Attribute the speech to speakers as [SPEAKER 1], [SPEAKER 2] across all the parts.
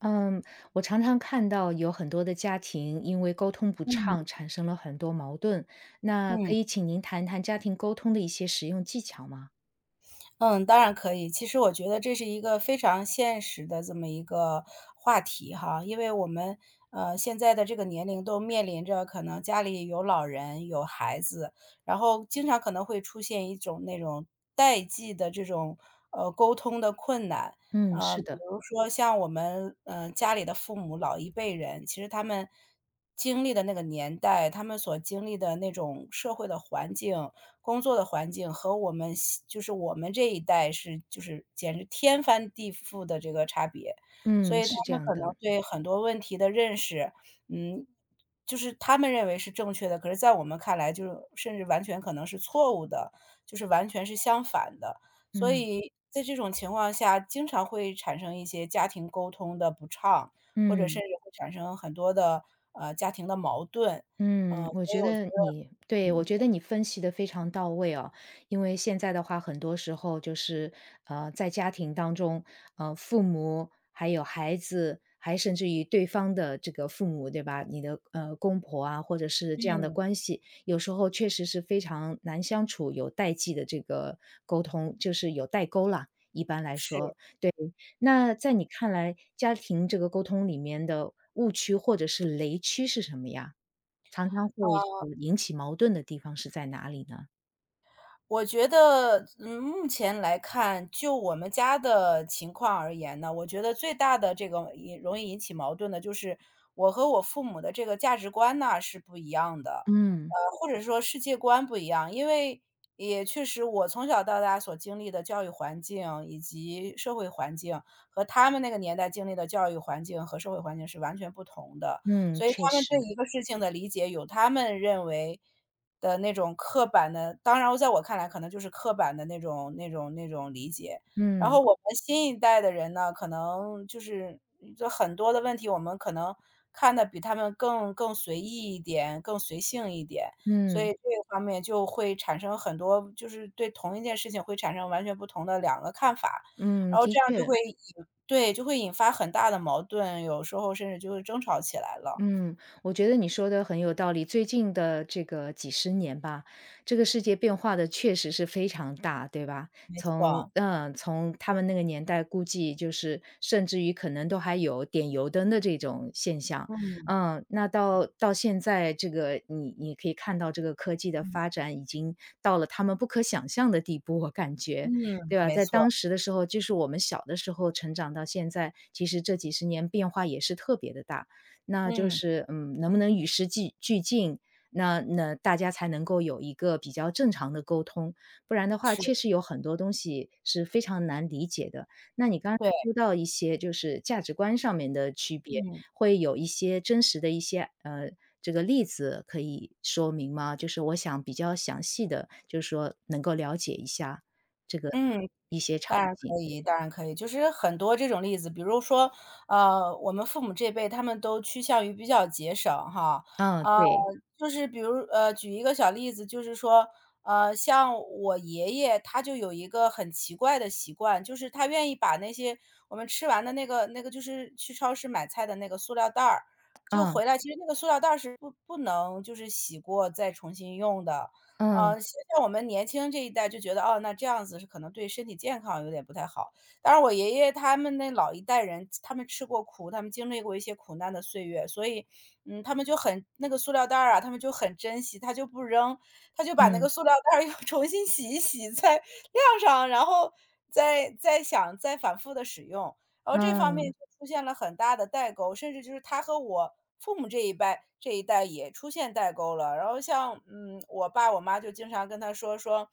[SPEAKER 1] 嗯，我常常看到有很多的家庭因为沟通不
[SPEAKER 2] 嗯
[SPEAKER 1] 畅产生了很多矛盾，那可
[SPEAKER 2] 嗯
[SPEAKER 1] 以请您谈谈家庭沟通的一些实用技巧吗？
[SPEAKER 2] 嗯，当然可以。其实我觉得这是一个非常现实的这么一个话题哈，因为我们现在的这个年龄都面临着可能家里有老人有孩子，然后经常可能会出现一种那种代际的这种沟通的困难。
[SPEAKER 1] 嗯，是
[SPEAKER 2] 比
[SPEAKER 1] 的。
[SPEAKER 2] 如说像我们家里的父母老一辈人，其实他们经历的那个年代，他们所经历的那种社会的环境。工作的环境和我们这一代简直天翻地覆的这个差别。所
[SPEAKER 1] 嗯，
[SPEAKER 2] 以他
[SPEAKER 1] 是这
[SPEAKER 2] 们
[SPEAKER 1] 样
[SPEAKER 2] 可能
[SPEAKER 1] 的。
[SPEAKER 2] 对很多问题的认识，嗯，就是他们认为是正确的，可是在我们看来就是甚至完全可能是错误的，就是完全是相反的。所
[SPEAKER 1] 嗯
[SPEAKER 2] 以在这种情况下，经常会产生一些家庭沟通的不畅，或者
[SPEAKER 1] 嗯。
[SPEAKER 2] 甚至会产生很多的，家庭的矛盾。嗯，
[SPEAKER 1] 嗯，我
[SPEAKER 2] 所以
[SPEAKER 1] 觉
[SPEAKER 2] 我觉
[SPEAKER 1] 得
[SPEAKER 2] 得
[SPEAKER 1] 你对，我觉得你分析的非常到位哦。因为现在的话，很多时候就是，在家庭当中，父母还有孩子，还甚至于对方的这个父母，对吧？你的公婆啊，或者是这样的
[SPEAKER 2] 嗯，
[SPEAKER 1] 关系，有时候确实是非常难相处，有代际的这个沟通，就是有代沟啦。一般来
[SPEAKER 2] 是，
[SPEAKER 1] 说，对。那在你看来，家庭这个沟通里面的误区或者是雷区是什么呀？常常会
[SPEAKER 2] 啊
[SPEAKER 1] 引起矛盾的地方是在哪里呢？
[SPEAKER 2] 我觉得，嗯，目前来看，就我们家的情况而言呢，我觉得最大的这个也容易引起矛盾的就是我和我父母的这个价值观呢是不一样的，
[SPEAKER 1] 嗯。
[SPEAKER 2] 或者说世界观不一样。因为也确实我从小到大所经历的教育环境以及社会环境，和他们那个年代经历的教育环境和社会环境是完全不同的。
[SPEAKER 1] 嗯，
[SPEAKER 2] 所以
[SPEAKER 1] 确
[SPEAKER 2] 他们
[SPEAKER 1] 实。
[SPEAKER 2] 对一个事情的理解有他们认为的那种刻板的当然在我看来可能就是刻板的那种理解。然后
[SPEAKER 1] 嗯。
[SPEAKER 2] 我们新一代的人呢，可能就是就很多的问题，我们可能看的比他们更随意一点，更随性一点，所以
[SPEAKER 1] 嗯。
[SPEAKER 2] 这个方面就会产生很多就是对同一件事情会产生完全不同的两个看法，
[SPEAKER 1] 嗯，
[SPEAKER 2] 然后
[SPEAKER 1] 的
[SPEAKER 2] 这样就
[SPEAKER 1] 确。
[SPEAKER 2] 会引对，就会引发很大的矛盾，有时候甚至就会争吵起来了。
[SPEAKER 1] 嗯，我觉得你说的很有道理。最近的这个几十年吧，这个世界变化的确实是非常大，对吧？
[SPEAKER 2] 没
[SPEAKER 1] 从
[SPEAKER 2] 错，
[SPEAKER 1] 嗯，从他们那个年代，估计就是甚至于可能都还有点油灯的这种现象。
[SPEAKER 2] 嗯，
[SPEAKER 1] 嗯，那到现在，这个你可以看到这个科技的
[SPEAKER 2] 嗯，
[SPEAKER 1] 发展已经到了他们不可想象的地步，我感觉，
[SPEAKER 2] 嗯，
[SPEAKER 1] 对吧？
[SPEAKER 2] 没
[SPEAKER 1] 在
[SPEAKER 2] 错，
[SPEAKER 1] 当时的时候，就是我们小的时候成长到现在，其实这几十年变化也是特别的大。那就
[SPEAKER 2] 嗯，
[SPEAKER 1] 是，嗯，能不能与时俱进，那那大家才能够有一个比较正常的沟通，不然的话，
[SPEAKER 2] 是，
[SPEAKER 1] 确实有很多东西是非常难理解的。那你刚刚
[SPEAKER 2] 对，
[SPEAKER 1] 说到一些就是价值观上面的区别，
[SPEAKER 2] 嗯，
[SPEAKER 1] 会有一些真实的一些，这个例子可以说明吗？就是我想比较详细的，就是说能够了解一下这个
[SPEAKER 2] 嗯。
[SPEAKER 1] 一些场景。
[SPEAKER 2] 当然可以，就是很多这种例子，比如说，我们父母这辈他们都趋向于比较节省哈，
[SPEAKER 1] 嗯，
[SPEAKER 2] 呃，
[SPEAKER 1] 对。
[SPEAKER 2] 就是比如举一个小例子，就是说，像我爷爷他就有一个很奇怪的习惯，就是他愿意把那些我们吃完的那个就是去超市买菜的那个塑料袋儿，就
[SPEAKER 1] 嗯。
[SPEAKER 2] 回来，其实那个塑料袋儿是不能就是洗过再重新用的，呃，
[SPEAKER 1] 嗯。
[SPEAKER 2] 像像我们年轻这一代就觉得，哦，那这样子是可能对身体健康有点不太好。当然我爷爷他们那老一代人，他们吃过苦，他们经历过一些苦难的岁月，所以，嗯，他们就很那个塑料袋儿啊，他们就很珍惜，他就不扔，他就把那个
[SPEAKER 1] 嗯。
[SPEAKER 2] 塑料袋儿又 重新洗一洗，再晾上，然后再反复的使用。然后这方面
[SPEAKER 1] 嗯。
[SPEAKER 2] 就出现了很大的代沟，甚至就是他和我父母这一代也出现代沟了。然后像，嗯，我爸我妈就经常跟他说：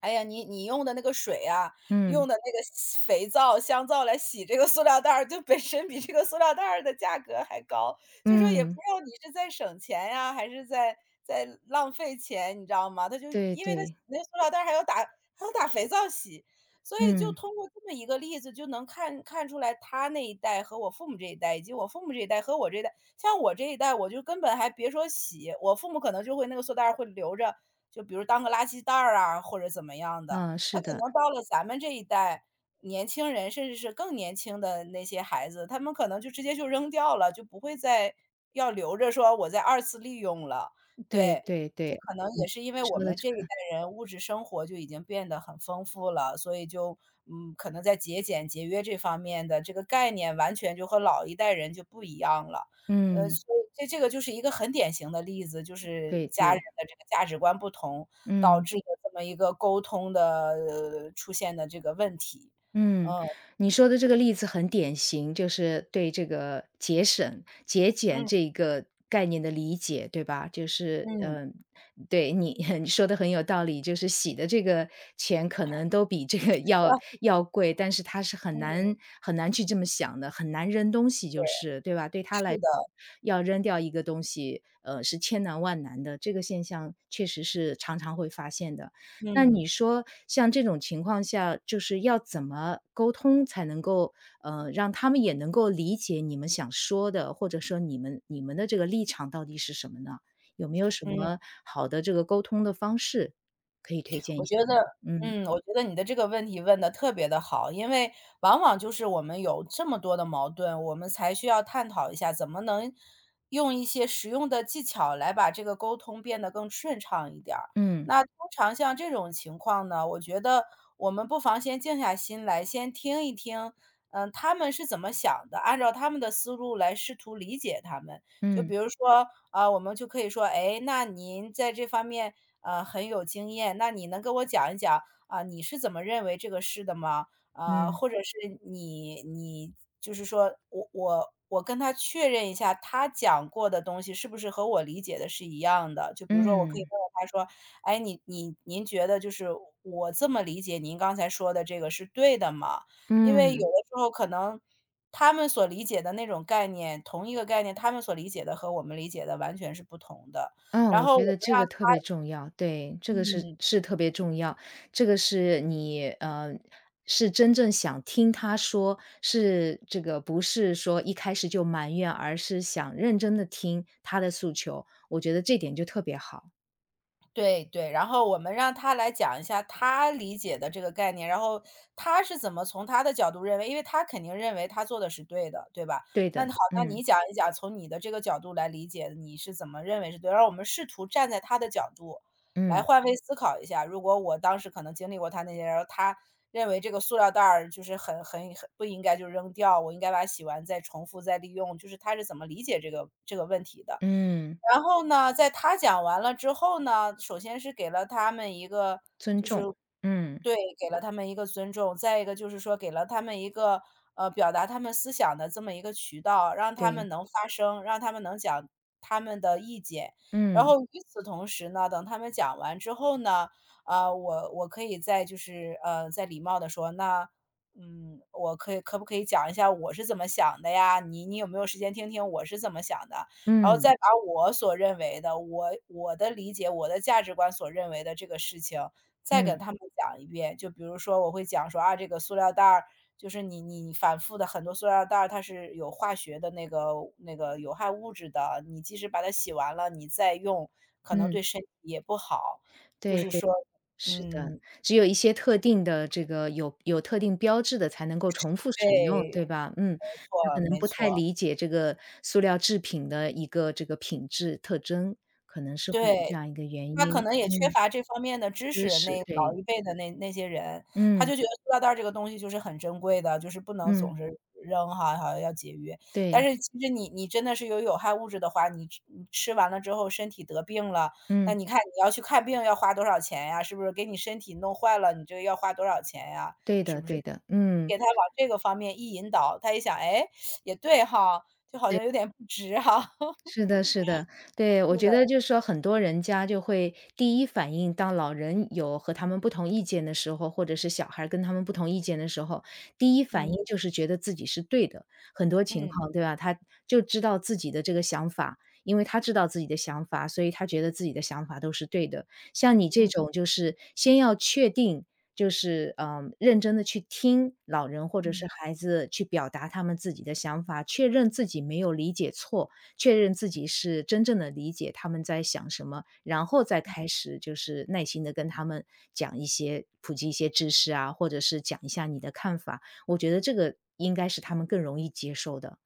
[SPEAKER 2] “哎呀，你用的那个水啊，
[SPEAKER 1] 嗯。
[SPEAKER 2] 用的那个洗肥皂、香皂来洗这个塑料袋儿，就本身比这个塑料袋儿的价格还高。”就说也不知
[SPEAKER 1] 嗯。
[SPEAKER 2] 道你是在省钱呀，还是在在浪费钱，你知道吗？他就
[SPEAKER 1] 对
[SPEAKER 2] 因为他洗
[SPEAKER 1] 对。
[SPEAKER 2] 那个塑料袋儿还要打肥皂洗，所以就
[SPEAKER 1] 嗯。
[SPEAKER 2] 通过这么一个例子，就能看出来他那一代和我父母这一代，以及我父母这一代和我这一代。像我这一代，我就根本还别说洗，我父母可能就会那个塑料袋儿会留着，就比如当个垃圾袋儿啊，或者怎么样的。
[SPEAKER 1] 啊，
[SPEAKER 2] 那
[SPEAKER 1] 是
[SPEAKER 2] 可
[SPEAKER 1] 的。
[SPEAKER 2] 能到了咱们这一代，年轻人甚至是更年轻的那些孩子，他们可能就直接就扔掉了，就不会再要留着说我再二次利用了，
[SPEAKER 1] 对
[SPEAKER 2] 对。
[SPEAKER 1] 对
[SPEAKER 2] 就
[SPEAKER 1] 对，
[SPEAKER 2] 可能也
[SPEAKER 1] 你
[SPEAKER 2] 是因为我
[SPEAKER 1] 说的
[SPEAKER 2] 们
[SPEAKER 1] 这
[SPEAKER 2] 这一代
[SPEAKER 1] 个。
[SPEAKER 2] 人物质生活就已经变得很丰富了，所以就，嗯，可能在节俭节约这方面的这个概念完全就和老一代人就不一样了。
[SPEAKER 1] 嗯，
[SPEAKER 2] 所以这个就是一个很典型的例子，就是
[SPEAKER 1] 对
[SPEAKER 2] 家人
[SPEAKER 1] 对。
[SPEAKER 2] 的这个价值观不同，导
[SPEAKER 1] 嗯。
[SPEAKER 2] 致的这么一个沟通的出现的这个问题。
[SPEAKER 1] 嗯，
[SPEAKER 2] 嗯，
[SPEAKER 1] 你说的这个例子很典型，就是对这个节省、节俭
[SPEAKER 2] 嗯，
[SPEAKER 1] 这一个概念的理解，对吧？就是，
[SPEAKER 2] 嗯，
[SPEAKER 1] 嗯、对你 你说的很有道理，就是洗的这个钱可能都比这个 要
[SPEAKER 2] 啊
[SPEAKER 1] 要贵，但是他是很
[SPEAKER 2] 嗯，
[SPEAKER 1] 难很难去这么想的，很难扔东西，
[SPEAKER 2] 对，
[SPEAKER 1] 就是对吧？对他
[SPEAKER 2] 是
[SPEAKER 1] 来，
[SPEAKER 2] 的，
[SPEAKER 1] 要扔掉一个东西，是千难万难的。这个现象确实是常常会发现的。那
[SPEAKER 2] 嗯，
[SPEAKER 1] 你说像这种情况下，就是要怎么沟通才能够，让他们也能够理解你们想说的，或者说你们的这个立场到底是什么呢？有没有什
[SPEAKER 2] 嗯。
[SPEAKER 1] 么好的这个沟通的方式可以推荐
[SPEAKER 2] 我
[SPEAKER 1] 一下
[SPEAKER 2] 觉
[SPEAKER 1] 吗
[SPEAKER 2] 得
[SPEAKER 1] 嗯。
[SPEAKER 2] 嗯，我觉得你的这个问题问的特别的好，因为往往就是我们有这么多的矛盾，我们才需要探讨一下怎么能用一些实用的技巧来把这个沟通变得更顺畅一点儿。
[SPEAKER 1] 嗯。
[SPEAKER 2] 那通常像这种情况呢，我觉得我们不妨先静下心来，先听一听，嗯，他们是怎么想的，按照他们的思路来试图理解他们。就
[SPEAKER 1] 嗯。
[SPEAKER 2] 比如说，啊，我们就可以说，哎，那您在这方面很有经验，那你能跟我讲一讲啊、你是怎么认为这个事的吗？啊、
[SPEAKER 1] 嗯。
[SPEAKER 2] 或者是你就是说我跟他确认一下，他讲过的东西是不是和我理解的是一样的？就比如说，我可
[SPEAKER 1] 嗯。
[SPEAKER 2] 以
[SPEAKER 1] 嗯
[SPEAKER 2] 问问他说，哎，您觉得就是我这么理解您刚才说的这个是对的吗？因为
[SPEAKER 1] 嗯。
[SPEAKER 2] 有的时候可能。他们所理解的那种概念，同一个概念，他们所理解的和我们理解的完全是不同的。
[SPEAKER 1] 嗯，
[SPEAKER 2] 然
[SPEAKER 1] 我
[SPEAKER 2] 后我
[SPEAKER 1] 觉
[SPEAKER 2] 们
[SPEAKER 1] 得这
[SPEAKER 2] 让
[SPEAKER 1] 个特别重要，对，这个是
[SPEAKER 2] 嗯，
[SPEAKER 1] 是特别重要，这个是你是真正想听他说，是这个不是说一开始就埋怨，而是想认真的听他的诉求，我觉得这点就特别好。
[SPEAKER 2] 对对，然后我们让他来讲一下他理解的这个概念，然后他是怎么从他的角度认为因为他肯定认为他做的是对的，对吧？
[SPEAKER 1] 对
[SPEAKER 2] 那
[SPEAKER 1] 的。
[SPEAKER 2] 好，那
[SPEAKER 1] 嗯。
[SPEAKER 2] 你讲一讲，从你的这个角度来理解，你是怎么认为是对，然后我们试图站在他的角度来
[SPEAKER 1] 嗯。
[SPEAKER 2] 换位思考一下，如果我当时可能经历过他那些，然后他认为这个塑料袋儿就是很不应该就扔掉，我应该把它洗完再重复再利用，就是他是怎么理解这个问题的。
[SPEAKER 1] 嗯。
[SPEAKER 2] 然后呢，在他讲完了之后呢，首先是给了他们一个
[SPEAKER 1] 尊
[SPEAKER 2] 就是
[SPEAKER 1] 重。嗯。
[SPEAKER 2] 对，给了他们一个尊重，再一个就是说给了他们一个，表达他们思想的这么一个渠道，让他们
[SPEAKER 1] 对。
[SPEAKER 2] 能发声，让他们能讲他们的意见。然
[SPEAKER 1] 嗯。
[SPEAKER 2] 后与此同时呢，等他们讲完之后呢，啊，我可以再就是，再礼貌的说，那，嗯，我可以可不可以讲一下我是怎么想的呀？你你有没有时间听听我是怎么想的？然后再
[SPEAKER 1] 嗯。
[SPEAKER 2] 把我所认为的，我的理解，我的价值观所认为的这个事情，再给
[SPEAKER 1] 嗯。
[SPEAKER 2] 他们讲一遍，就比如说我会讲说啊，这个塑料袋儿，就是你反复的很多塑料袋儿，它是有化学的那个有害物质的，你即使把它洗完了，你再用，可能
[SPEAKER 1] 嗯。
[SPEAKER 2] 对身体也不好。就
[SPEAKER 1] 对
[SPEAKER 2] 是
[SPEAKER 1] 对。
[SPEAKER 2] 说
[SPEAKER 1] 是的，
[SPEAKER 2] 嗯，
[SPEAKER 1] 只有一些特定的这个有特定标志的才能够重复使用，
[SPEAKER 2] 对，
[SPEAKER 1] 对吧？嗯，
[SPEAKER 2] 没
[SPEAKER 1] 他
[SPEAKER 2] 错
[SPEAKER 1] 可能
[SPEAKER 2] 没
[SPEAKER 1] 不太
[SPEAKER 2] 错，
[SPEAKER 1] 理解这个塑料制品的一个这个品质特征，可能是会有这
[SPEAKER 2] 对
[SPEAKER 1] 样一个原
[SPEAKER 2] 他
[SPEAKER 1] 因。
[SPEAKER 2] 可能也缺
[SPEAKER 1] 嗯，
[SPEAKER 2] 乏这方面的知
[SPEAKER 1] 知
[SPEAKER 2] 识，那
[SPEAKER 1] 识，
[SPEAKER 2] 老
[SPEAKER 1] 对。
[SPEAKER 2] 一辈的那些人，他
[SPEAKER 1] 嗯。
[SPEAKER 2] 就觉得塑料袋儿这个东西就是很珍贵的，就是不能总
[SPEAKER 1] 嗯。
[SPEAKER 2] 是扔哈，好像要节约。但
[SPEAKER 1] 对。
[SPEAKER 2] 是其实你真的是有害物质的话，你吃完了之后身体得病了，那
[SPEAKER 1] 嗯。
[SPEAKER 2] 你看你要去看病要花多少钱呀，是不是？给你身体弄坏了，你这个要花多少钱呀，
[SPEAKER 1] 对
[SPEAKER 2] 是
[SPEAKER 1] 的，
[SPEAKER 2] 不是？
[SPEAKER 1] 对的。嗯，
[SPEAKER 2] 给他往这个方面一引导，他一想，哎，也对哈，就好
[SPEAKER 1] 对。
[SPEAKER 2] 像有点不值哈。
[SPEAKER 1] 是的，是的。对，我
[SPEAKER 2] 是
[SPEAKER 1] 觉
[SPEAKER 2] 的，
[SPEAKER 1] 得就是说很多人家就会第一反应，当老人有和他们不同意见的时候，或者是小孩儿跟他们不同意见的时候，第一反
[SPEAKER 2] 嗯，
[SPEAKER 1] 应就是觉得自己是对的。很多情
[SPEAKER 2] 嗯，
[SPEAKER 1] 况，对吧？他就知道自己的这个想法，因为他知道自己的想法，所以他觉得自己的想法都是对的。像你这
[SPEAKER 2] 嗯，
[SPEAKER 1] 种，就是先要确定。就是嗯，认真的去听老人或者是
[SPEAKER 2] 嗯。
[SPEAKER 1] 孩子去表达他们自己的想法，确认自己没有理解错，确认自己是真正的理解他们在想什么，然后再开始就是耐心的跟他们讲一些普及一些知识啊，或者是讲一下你的看法。我觉得这个应该是他们更容易接受的，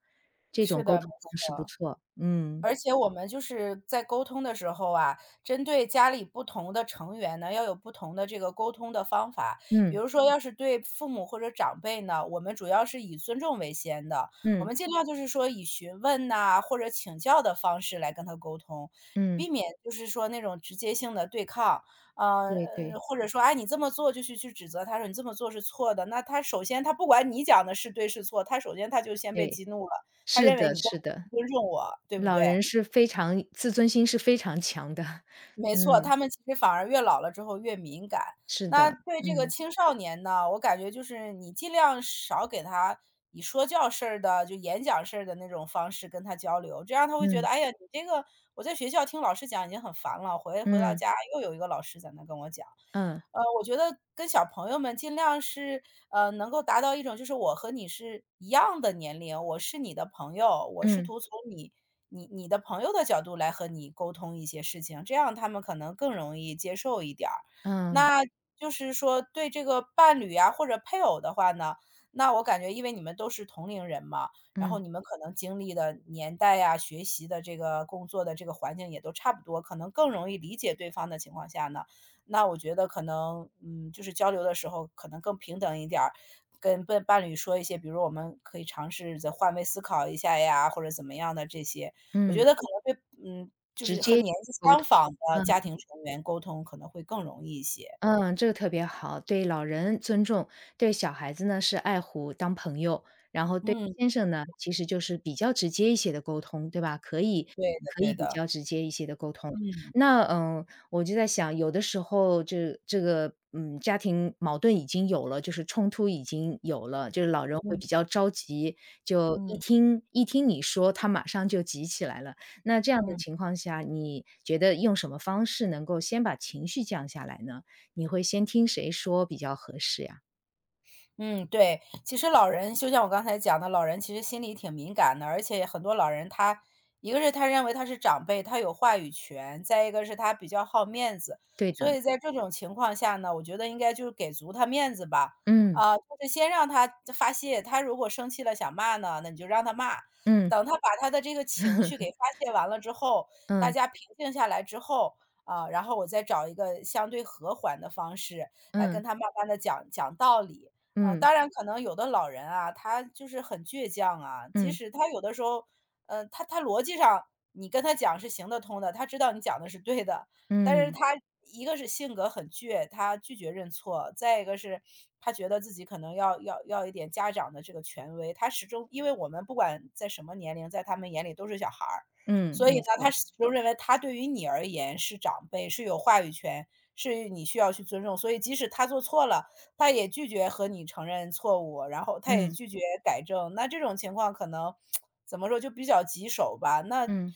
[SPEAKER 1] 这
[SPEAKER 2] 是
[SPEAKER 1] 种沟
[SPEAKER 2] 的，没
[SPEAKER 1] 通方式不
[SPEAKER 2] 错。
[SPEAKER 1] 错。嗯。
[SPEAKER 2] 而且我们就是在沟通的时候啊，针对家里不同的成员呢，要有不同的这个沟通的方法。比
[SPEAKER 1] 嗯。
[SPEAKER 2] 如说，嗯要是对父母或者长辈呢，我们主要是以尊重为先的，我
[SPEAKER 1] 嗯。
[SPEAKER 2] 们尽量就是说以询问呐，或者请教的方式来跟他沟通，避
[SPEAKER 1] 嗯。
[SPEAKER 2] 免就是说那种直接性的对抗。呃，
[SPEAKER 1] 对
[SPEAKER 2] 呃
[SPEAKER 1] 对
[SPEAKER 2] 或者说，哎，你这么做就是去指责他说你这么做是错的，那他首先他不管你讲的是对是错，他首先他就先被
[SPEAKER 1] 对。
[SPEAKER 2] 激怒了。他
[SPEAKER 1] 是
[SPEAKER 2] 认为
[SPEAKER 1] 的
[SPEAKER 2] 你根本
[SPEAKER 1] 是
[SPEAKER 2] 就
[SPEAKER 1] 的，
[SPEAKER 2] 不尊重我，对不
[SPEAKER 1] 老
[SPEAKER 2] 对？
[SPEAKER 1] 人是非常自尊心是非常强的。
[SPEAKER 2] 没错，
[SPEAKER 1] 嗯，
[SPEAKER 2] 他们其实反而越老了之后越敏感。
[SPEAKER 1] 是
[SPEAKER 2] 那
[SPEAKER 1] 的。
[SPEAKER 2] 对这个
[SPEAKER 1] 嗯。
[SPEAKER 2] 青少年呢，我感觉就是你尽量少给他以说教式儿的，就演讲式儿的那种方式跟他交流，这样他会觉得，
[SPEAKER 1] 嗯。
[SPEAKER 2] 哎呀，你这个我在学校听老师讲已经很烦了，回回到
[SPEAKER 1] 嗯。
[SPEAKER 2] 家又有一个老师在那跟我讲。
[SPEAKER 1] 嗯。
[SPEAKER 2] 呃，我觉得跟小朋友们尽量是，呃，能够达到一种就是我和你是一样的年龄，我是你的朋友，我试
[SPEAKER 1] 嗯。
[SPEAKER 2] 图从你的朋友的角度来和你沟通一些事情，这样他们可能更容易接受一点儿。
[SPEAKER 1] 嗯。
[SPEAKER 2] 那就是说对这个伴侣啊，或者配偶的话呢，那我感觉因为你们都是同龄人嘛，然后
[SPEAKER 1] 嗯。
[SPEAKER 2] 你们可能经历的年代呀、学习的这个工作的这个环境也都差不多，可能更容易理解对方的情况下呢，那我觉得可能，嗯，就是交流的时候可能更平等一点儿，跟伴侣说一些，比如我们可以尝试着换位思考一下呀，或者怎么样的这些。我觉
[SPEAKER 1] 嗯。
[SPEAKER 2] 得可能对嗯，就
[SPEAKER 1] 直
[SPEAKER 2] 是和
[SPEAKER 1] 接
[SPEAKER 2] 年纪
[SPEAKER 1] 沟
[SPEAKER 2] 相
[SPEAKER 1] 通。
[SPEAKER 2] 仿的家
[SPEAKER 1] 嗯。
[SPEAKER 2] 庭成员沟通可能会更容易一些。
[SPEAKER 1] 嗯，这个特别好，对老人尊重，对小孩子呢是爱护，当朋友，然后对
[SPEAKER 2] 嗯，
[SPEAKER 1] 先生呢，其实就是比较直接一些的沟通，对吧？可以
[SPEAKER 2] 对的
[SPEAKER 1] 可
[SPEAKER 2] 对
[SPEAKER 1] 以比
[SPEAKER 2] 的，
[SPEAKER 1] 较直接一些的沟通。
[SPEAKER 2] 嗯，
[SPEAKER 1] 那嗯，我就在想，有的时候这个嗯，家庭矛盾已经有了，就是冲突已经有了，就是老人会
[SPEAKER 2] 嗯，
[SPEAKER 1] 比较着急，就一
[SPEAKER 2] 嗯，
[SPEAKER 1] 听一听你说，他马上就急起来了。那这样的
[SPEAKER 2] 嗯。
[SPEAKER 1] 情况下，你觉得用什么方式能够先把情绪降下来呢？你会先听谁说比较合适呀？
[SPEAKER 2] 嗯，对，其实老人就像我刚才讲的，老人其实心里挺敏感的，而且很多老人他一个是他认为他是长辈，他有话语权，再一个是他比较好面子，
[SPEAKER 1] 对的。
[SPEAKER 2] 所以在这种情况下呢，我觉得应该就是给足他面子吧，
[SPEAKER 1] 嗯。
[SPEAKER 2] 啊，就是先让他发泄，他如果生气了想骂呢，那你就让他骂，
[SPEAKER 1] 嗯
[SPEAKER 2] 等他把他的这个情绪给 发泄完了之后，大
[SPEAKER 1] 嗯。
[SPEAKER 2] 家平静下来之后，啊，然后我再找一个相对和缓的方式来跟
[SPEAKER 1] 嗯。
[SPEAKER 2] 他慢慢的讲讲道理。啊，
[SPEAKER 1] 嗯。
[SPEAKER 2] 当然可能有的老人啊，他就是很倔强啊，即
[SPEAKER 1] 嗯。
[SPEAKER 2] 使他有的时候，呃，他逻辑上你跟他讲是行得通的，他知道你讲的是对的，但是
[SPEAKER 1] 嗯。
[SPEAKER 2] 他一个是性格很倔，他拒绝认错，再一个是他觉得自己可能要一点家长的这个权威，他始终因为我们不管在什么年龄，在他们眼里都是小孩儿，
[SPEAKER 1] 嗯。
[SPEAKER 2] 所以
[SPEAKER 1] 没
[SPEAKER 2] 呢，
[SPEAKER 1] 错。
[SPEAKER 2] 他始终认为他对于你而言是长辈，是有话语权，是你需要去尊重，所以即使他做错了。他也拒绝和你承认错误，然后他也
[SPEAKER 1] 嗯。
[SPEAKER 2] 拒绝改正。那这种情况可能怎么说，就比较棘手吧。那
[SPEAKER 1] 嗯。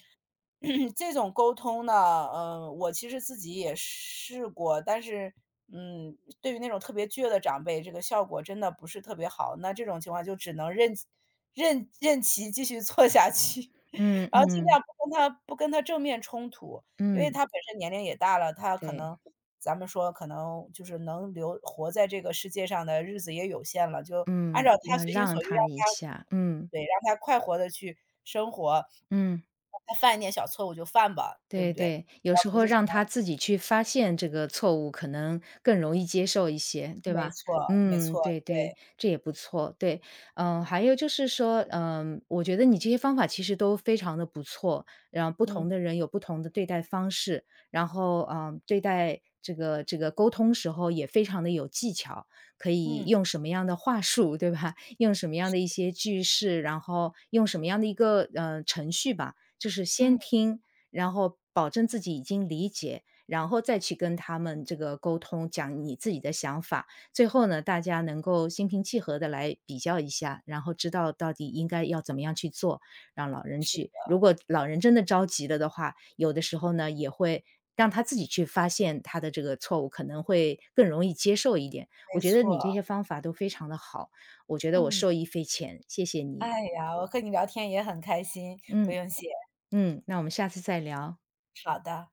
[SPEAKER 2] 这种沟通呢，嗯，我其实自己也试过，但是，嗯，对于那种特别倔的长辈，这个效果真的不是特别好。那这种情况就只能任其任其继续做下去，
[SPEAKER 1] 嗯。
[SPEAKER 2] 然后尽
[SPEAKER 1] 嗯。
[SPEAKER 2] 量不跟他正面冲突。因为
[SPEAKER 1] 嗯。
[SPEAKER 2] 他本身年龄也大了，他可
[SPEAKER 1] 对。
[SPEAKER 2] 能咱们说可能就是能留活在这个世界上的日子也有限了，就按照
[SPEAKER 1] 嗯，
[SPEAKER 2] 他
[SPEAKER 1] 要
[SPEAKER 2] 随心
[SPEAKER 1] 让
[SPEAKER 2] 所欲，
[SPEAKER 1] 他
[SPEAKER 2] 让
[SPEAKER 1] 一
[SPEAKER 2] 他
[SPEAKER 1] 下。嗯。
[SPEAKER 2] 对，让他快活的去生活，
[SPEAKER 1] 嗯。
[SPEAKER 2] 让他犯一点小错误就犯吧，对不
[SPEAKER 1] 对
[SPEAKER 2] 对？
[SPEAKER 1] 对，有
[SPEAKER 2] 而
[SPEAKER 1] 时
[SPEAKER 2] 不
[SPEAKER 1] 候
[SPEAKER 2] 是什
[SPEAKER 1] 让
[SPEAKER 2] 么
[SPEAKER 1] 他自己去发现这个错误，可能更容易接受一些，对
[SPEAKER 2] 没
[SPEAKER 1] 吧？
[SPEAKER 2] 错没
[SPEAKER 1] 嗯，
[SPEAKER 2] 错，
[SPEAKER 1] 对对，
[SPEAKER 2] 对，
[SPEAKER 1] 这也不错。对。嗯、还有就是说，嗯、我觉得你这些方法其实都非常的不错，然后不
[SPEAKER 2] 嗯，
[SPEAKER 1] 同的人有不同的对待方式，然后嗯、对待这个沟通时候也非常的有技巧，可以
[SPEAKER 2] 嗯，
[SPEAKER 1] 用什么样的话术，对吧？用什么样的一些句式，然后用什么样的一个程序吧，就是
[SPEAKER 2] 嗯，
[SPEAKER 1] 先听。然后保证自己已经理解，然后再去跟他们这个沟通，讲你自己的想法。最后呢，大家能够心平气和的来比较一下，然后知道到底应该要怎么样去做，让老人
[SPEAKER 2] 是，
[SPEAKER 1] 去如果老人真的着急了的话，有的时候呢，也会让他自己去发现他的这个错误，可能会更容易接受一点。
[SPEAKER 2] 没
[SPEAKER 1] 我觉得你
[SPEAKER 2] 错，
[SPEAKER 1] 这些方法都非常的好，我觉得我
[SPEAKER 2] 嗯。
[SPEAKER 1] 受益匪浅，谢谢
[SPEAKER 2] 哎
[SPEAKER 1] 你。
[SPEAKER 2] 呀，我和你聊天也很开心，不
[SPEAKER 1] 嗯。
[SPEAKER 2] 用谢，
[SPEAKER 1] 嗯，那我们下次再聊。
[SPEAKER 2] 好的。